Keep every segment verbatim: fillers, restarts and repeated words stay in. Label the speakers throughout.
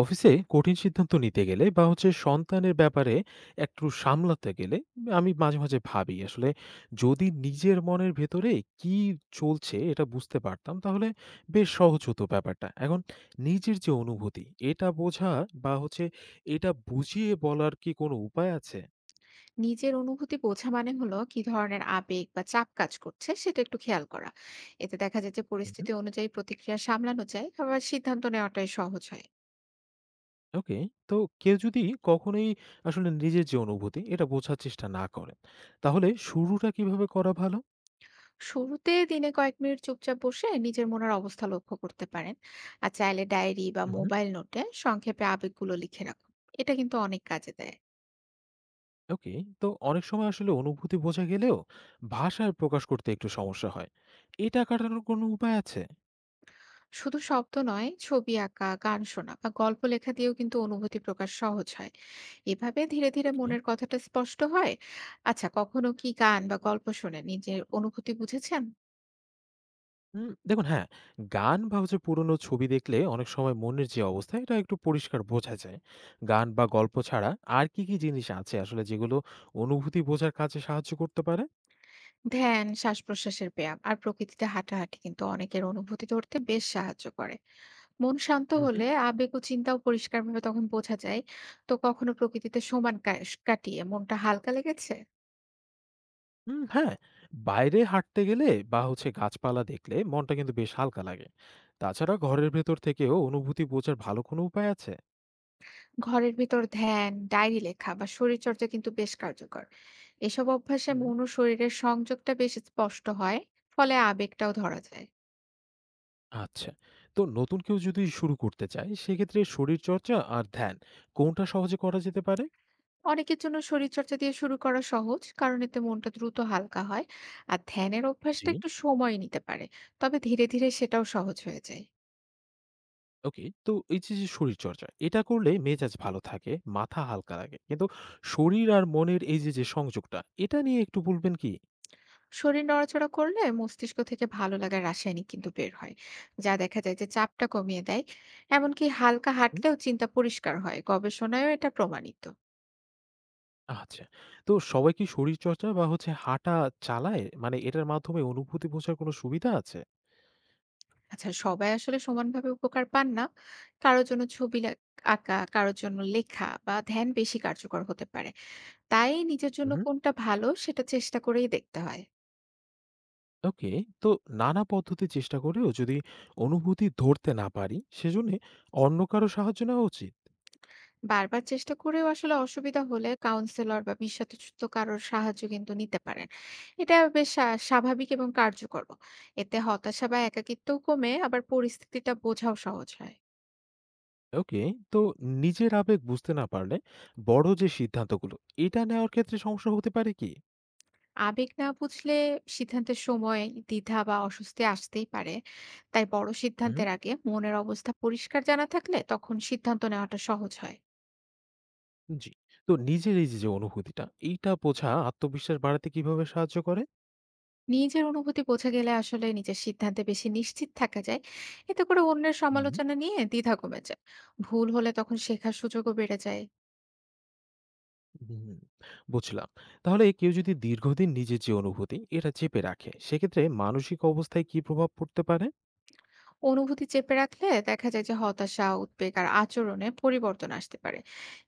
Speaker 1: অফিসে কঠিন সিদ্ধান্ত নিতে গেলে বা হচ্ছে সন্তানের ব্যাপারে একটু সামলাতে গেলে আমি মাঝে, মাঝে ভাবি আসলে, যদি নিজের মনের ভেতরে কি চলছে এটা বুঝতে পারতাম, তাহলে বেশ সহজ হতো ব্যাপারটা। এখন নিজের যে অনুভূতি এটা বোঝা বা হচ্ছে এটা বুঝিয়ে বলার কি কোনো উপায় আছে?
Speaker 2: নিজের অনুভূতি বোঝা মানে হলো কি ধরনের আবেগ বা চাপ কাজ করছে সেটা একটু খেয়াল করা। এতে দেখা যায় যে
Speaker 1: হু, হু।
Speaker 2: পরিস্থিতি অনুযায়ী প্রতিক্রিয়া সামলানো যায়, আবার সিদ্ধান্ত নেওয়াটাই সহজ হয়।
Speaker 1: ওকে। তো কেউ যদি কখনোই আসলে নিজের যে অনুভূতি এটা বোঝার চেষ্টা না করেন, তাহলে শুরুটা কিভাবে করা ভালো?
Speaker 2: শুরুতে দিনে কয়েক মিনিট চুপচাপ বসে নিজের মনের অবস্থা লক্ষ্য করতে পারেন। আর চাইলে ডায়েরি বা
Speaker 1: উহু।
Speaker 2: মোবাইল নোটে সংক্ষেপে আবেগগুলো লিখে রাখুন। এটা কিন্তু অনেক কাজে দেয়।
Speaker 1: ওকে। তো অনেক সময় আসলে অনুভূতি বোঝা গেলেও ভাষায় প্রকাশ করতে একটু সমস্যা হয়, এটা কাটানোর কোনো উপায় আছে?
Speaker 2: শুধু শব্দ নয়, ছবি আঁকা, গান শোনা বা গল্প লেখা দিয়েও কিন্তু অনুভূতি প্রকাশ সহজ হয়। এভাবে ধীরে, ধীরে
Speaker 1: ওকে।
Speaker 2: মনের কথাটা স্পষ্ট হয়। আচ্ছা, কখনো কি গান বা গল্প শুনে নিজের অনুভূতি বুঝেছেন?
Speaker 1: হুম, দেখুন, হ্যাঁ, গান বা হচ্ছে পুরোনো ছবি দেখলে অনেক সময় মনের যে অবস্থা এটা একটু পরিষ্কার বোঝা যায়। গান বা গল্প ছাড়া আর কি কি জিনিস আছে আসলে, যেগুলো অনুভূতি বোঝার কাজে সাহায্য করতে পারে?
Speaker 2: ধ্যান, শ্বাসপ্রশ্বাসের ব্যায়াম আর প্রকৃতিতে হাঁটাহাঁটি কিন্তু অনেকের অনুভূতি ধরতে বেশ সাহায্য করে। মন শান্ত
Speaker 1: হুম, হুম।
Speaker 2: হলে আবেগ ও চিন্তাও পরিষ্কারভাবে তখন বোঝা যায়। তো কখনো প্রকৃতিতে সমান কাশ কাটিয়ে মনটা হালকা লেগেছে?
Speaker 1: হুম, হ্যাঁ, বাইরে হাঁটতে গেলে বা হচ্ছে গাছপালা দেখলে মনটা কিন্তু বেশ হালকা লাগে। তাছাড়া ঘরের ভেতর থেকেও অনুভূতি বোঝার ভালো কোনো উপায় আছে?
Speaker 2: ঘরের ভিতর ধ্যান, ডায়েরি লেখা বা শরীরচর্চা কিন্তু বেশ কার্যকর। এসব অভ্যাসে মন ও শরীরের সংযোগটা বেশ স্পষ্ট হয়। ফলে আবেগটাও ধরা যায়।
Speaker 1: আচ্ছা। তো নতুন কেউ যদি শুরু করতে চায়, সেক্ষেত্রে শরীরচর্চা আর ধ্যান কোনটা সহজে করা যেতে পারে?
Speaker 2: অনেকের জন্য শরীরচর্চা দিয়ে শুরু করা সহজ, কারণ এতে মনটা দ্রুত হালকা হয়। আর ধ্যানের
Speaker 1: জি।
Speaker 2: অভ্যাসটা একটু সময় নিতে পারে, তবে ধীরে ধীরে সেটাও সহজ হয়ে যায়।
Speaker 1: ওকে, তো এই যে যে শরীরচর্চা এটা করলে মেজাজ ভালো থাকে, মাথা হালকা লাগে, কিন্তু শরীর আর মনের এই যে যে সংযোগটা এটা নিয়ে একটু বলবেন কি?
Speaker 2: শরীর নড়াচড়া করলে মস্তিষ্ক থেকে ভালো লাগার রাসায়নিক কিন্তু বের হয়, যা দেখা যায় যে চাপটা কমিয়ে দেয়। এমনকি হালকা
Speaker 1: হুম।
Speaker 2: হাঁটলেও চিন্তা পরিষ্কার হয়, গবেষণায়ও এটা প্রমাণিত।
Speaker 1: আচ্ছা। তো সবাই কি শরীরচর্চা বা হচ্ছে হাঁটা চালায়, মানে এটার মাধ্যমে অনুভূতি বোঝার কোনো সুবিধা আছে?
Speaker 2: আচ্ছা, সবাই আসলে সমানভাবে উপকার পান না। কারোর জন্য ছবি লা- আঁকা, কারোর জন্য লেখা বা ধ্যান বেশি কার্যকর হতে পারে। তাই নিজের জন্য
Speaker 1: হুম।
Speaker 2: কোনটা ভালো সেটা চেষ্টা করেই দেখতে হয়।
Speaker 1: ওকে। তো নানা পদ্ধতি চেষ্টা করেও যদি অনুভূতি ধরতে না পারি, সেজন্য অন্য কারো সাহায্য নেওয়া উচিত?
Speaker 2: বারবার চেষ্টা করেও আসলে অসুবিধা হলে কাউন্সেলর বা বিশেষজ্ঞ কারোর সাহায্য কিন্তু নিতে পারেন। এটা বেশ আ স্বাভাবিক এবং কার্যকরও। এতে হতাশা বা একাকিত্বও কমে, আবার পরিস্থিতিটা বোঝাও সহজ হয়।
Speaker 1: ওকে, তো নিজের আবেগ বুঝতে না পারলে বড় যে সিদ্ধান্তগুলো এটা নেওয়ার ক্ষেত্রে সমস্যা হতে পারে কি?
Speaker 2: আবেগ না বুঝলে সিদ্ধান্তের সময় দ্বিধা বা অস্বস্তি আসতেই পারে। তাই বড়
Speaker 1: হুম,
Speaker 2: সিদ্ধান্তের আগে মনের অবস্থা পরিষ্কার জানা থাকলে তখন সিদ্ধান্ত নেওয়াটা সহজ হয়।
Speaker 1: জি। তো নিজের এই যে যে অনুভূতিটা এইটা বোঝা আত্মবিশ্বাস বাড়াতে কিভাবে সাহায্য করে?
Speaker 2: নিজের অনুভূতি বোঝা গেলে আসলে নিজের সিদ্ধান্তে বেশি নিশ্চিত থাকা যায়। এতে করে অন্যের
Speaker 1: হুম।
Speaker 2: সমালোচনা নিয়ে দ্বিধা কমে যায়। ভুল হলে তখন শেখার সুযোগও বেড়ে যায়।
Speaker 1: হুম, বুঝলাম। তাহলে কেউ যদি দীর্ঘদিন নিজের যে অনুভূতি এটা চেপে রাখে, সেক্ষেত্রে মানসিক অবস্থায় কি প্রভাব পড়তে পারে?
Speaker 2: অনুভূতি চেপে রাখলে দেখা যায় যে হতাশা, উদ্বেগ আর আচরণে পরিবর্তন আসতে পারে।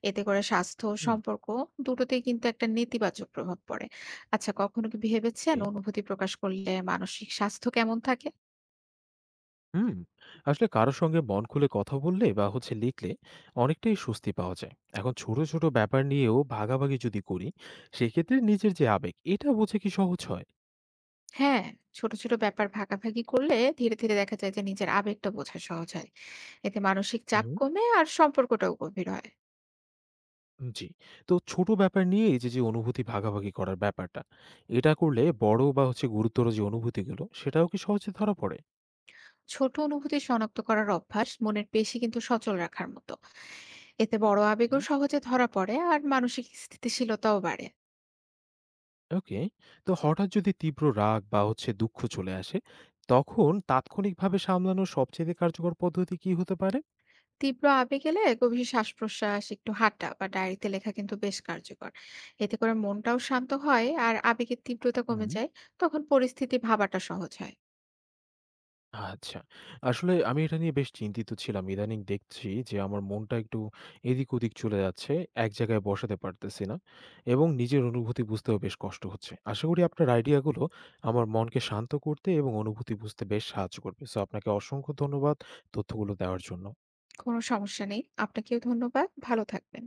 Speaker 2: এতে করে স্বাস্থ্য,
Speaker 1: হুম।
Speaker 2: সম্পর্ক দুটোতেই কিন্তু একটা নেতিবাচক প্রভাব পড়ে। আচ্ছা, কখনো কি ভেবেছেন অনুভূতি প্রকাশ করলে মানসিক স্বাস্থ্য কেমন থাকে?
Speaker 1: হুম, আসলে কারোর সঙ্গে মন খুলে কথা বললে বা হচ্ছে লিখলে অনেকটাই স্বস্তি পাওয়া যায়। এখন ছোট ছোট ব্যাপার নিয়েও ভাগাভাগি যদি করি, সেক্ষেত্রে নিজের যে আবেগ এটা বোঝা কি সহজ হয়?
Speaker 2: হ্যাঁ, ছোট ছোট ব্যাপার ভাগাভাগি করলে ধীরে ধীরে দেখা যায় যে নিজের আবেগটা বোঝা সহজ হয়। এতে মানসিক চাপ
Speaker 1: হুম।
Speaker 2: কমে আর সম্পর্কটাও গভীর হয়।
Speaker 1: উম, জি। তো ছোট ব্যাপার নিয়ে এই যে যে অনুভূতি ভাগাভাগি করার ব্যাপারটা এটা করলে বড় বা হচ্ছে গুরুতর যে অনুভূতিগুলো সেটাও কি সহজে ধরা পড়ে?
Speaker 2: ছোট অনুভূতি শনাক্ত করার অভ্যাস মনের পেশি কিন্তু সচল রাখার মতো। এতে বড় আবেগও
Speaker 1: হুম।
Speaker 2: সহজে ধরা পড়ে আর মানসিক স্থিতিশীলতাও বাড়ে।
Speaker 1: ওকে। তো হঠাৎ যদি তীব্র রাগ বা হচ্ছে দুঃখ চলে আসে, তখন তাৎক্ষণিকভাবে সামলানোর সবচেয়ে কার্যকর পদ্ধতি কি হতে পারে?
Speaker 2: তীব্র আবেগ এলে গভীর শ্বাস প্রশ্বাস, একটু হাঁটা বা ডায়েরিতে লেখা কিন্তু বেশ কার্যকর। এতে করে মনটাও শান্ত হয় আর আবেগের তীব্রতা কমে যায়। তখন পরিস্থিতি ভাবাটা সহজ হয়।
Speaker 1: আচ্ছা। আসলে আমি এটা নিয়ে বেশ চিন্তিত ছিলাম। ইদানিং দেখছি যে আমার মনটা একটু এদিক-ওদিক চলে যাচ্ছে। এক জায়গায় বসাতে পারতেছি না এবং নিজের অনুভূতি বুঝতেও বেশ কষ্ট হচ্ছে। আশা করি আপনার আইডিয়াগুলো আমার মনকে শান্ত করতে এবং অনুভূতি বুঝতে বেশ সাহায্য করবে। সো আপনাকে অসংখ্য ধন্যবাদ তথ্যগুলো দেওয়ার জন্য।
Speaker 2: কোনো সমস্যা নেই, আপনাকেও ধন্যবাদ, ভালো থাকবেন।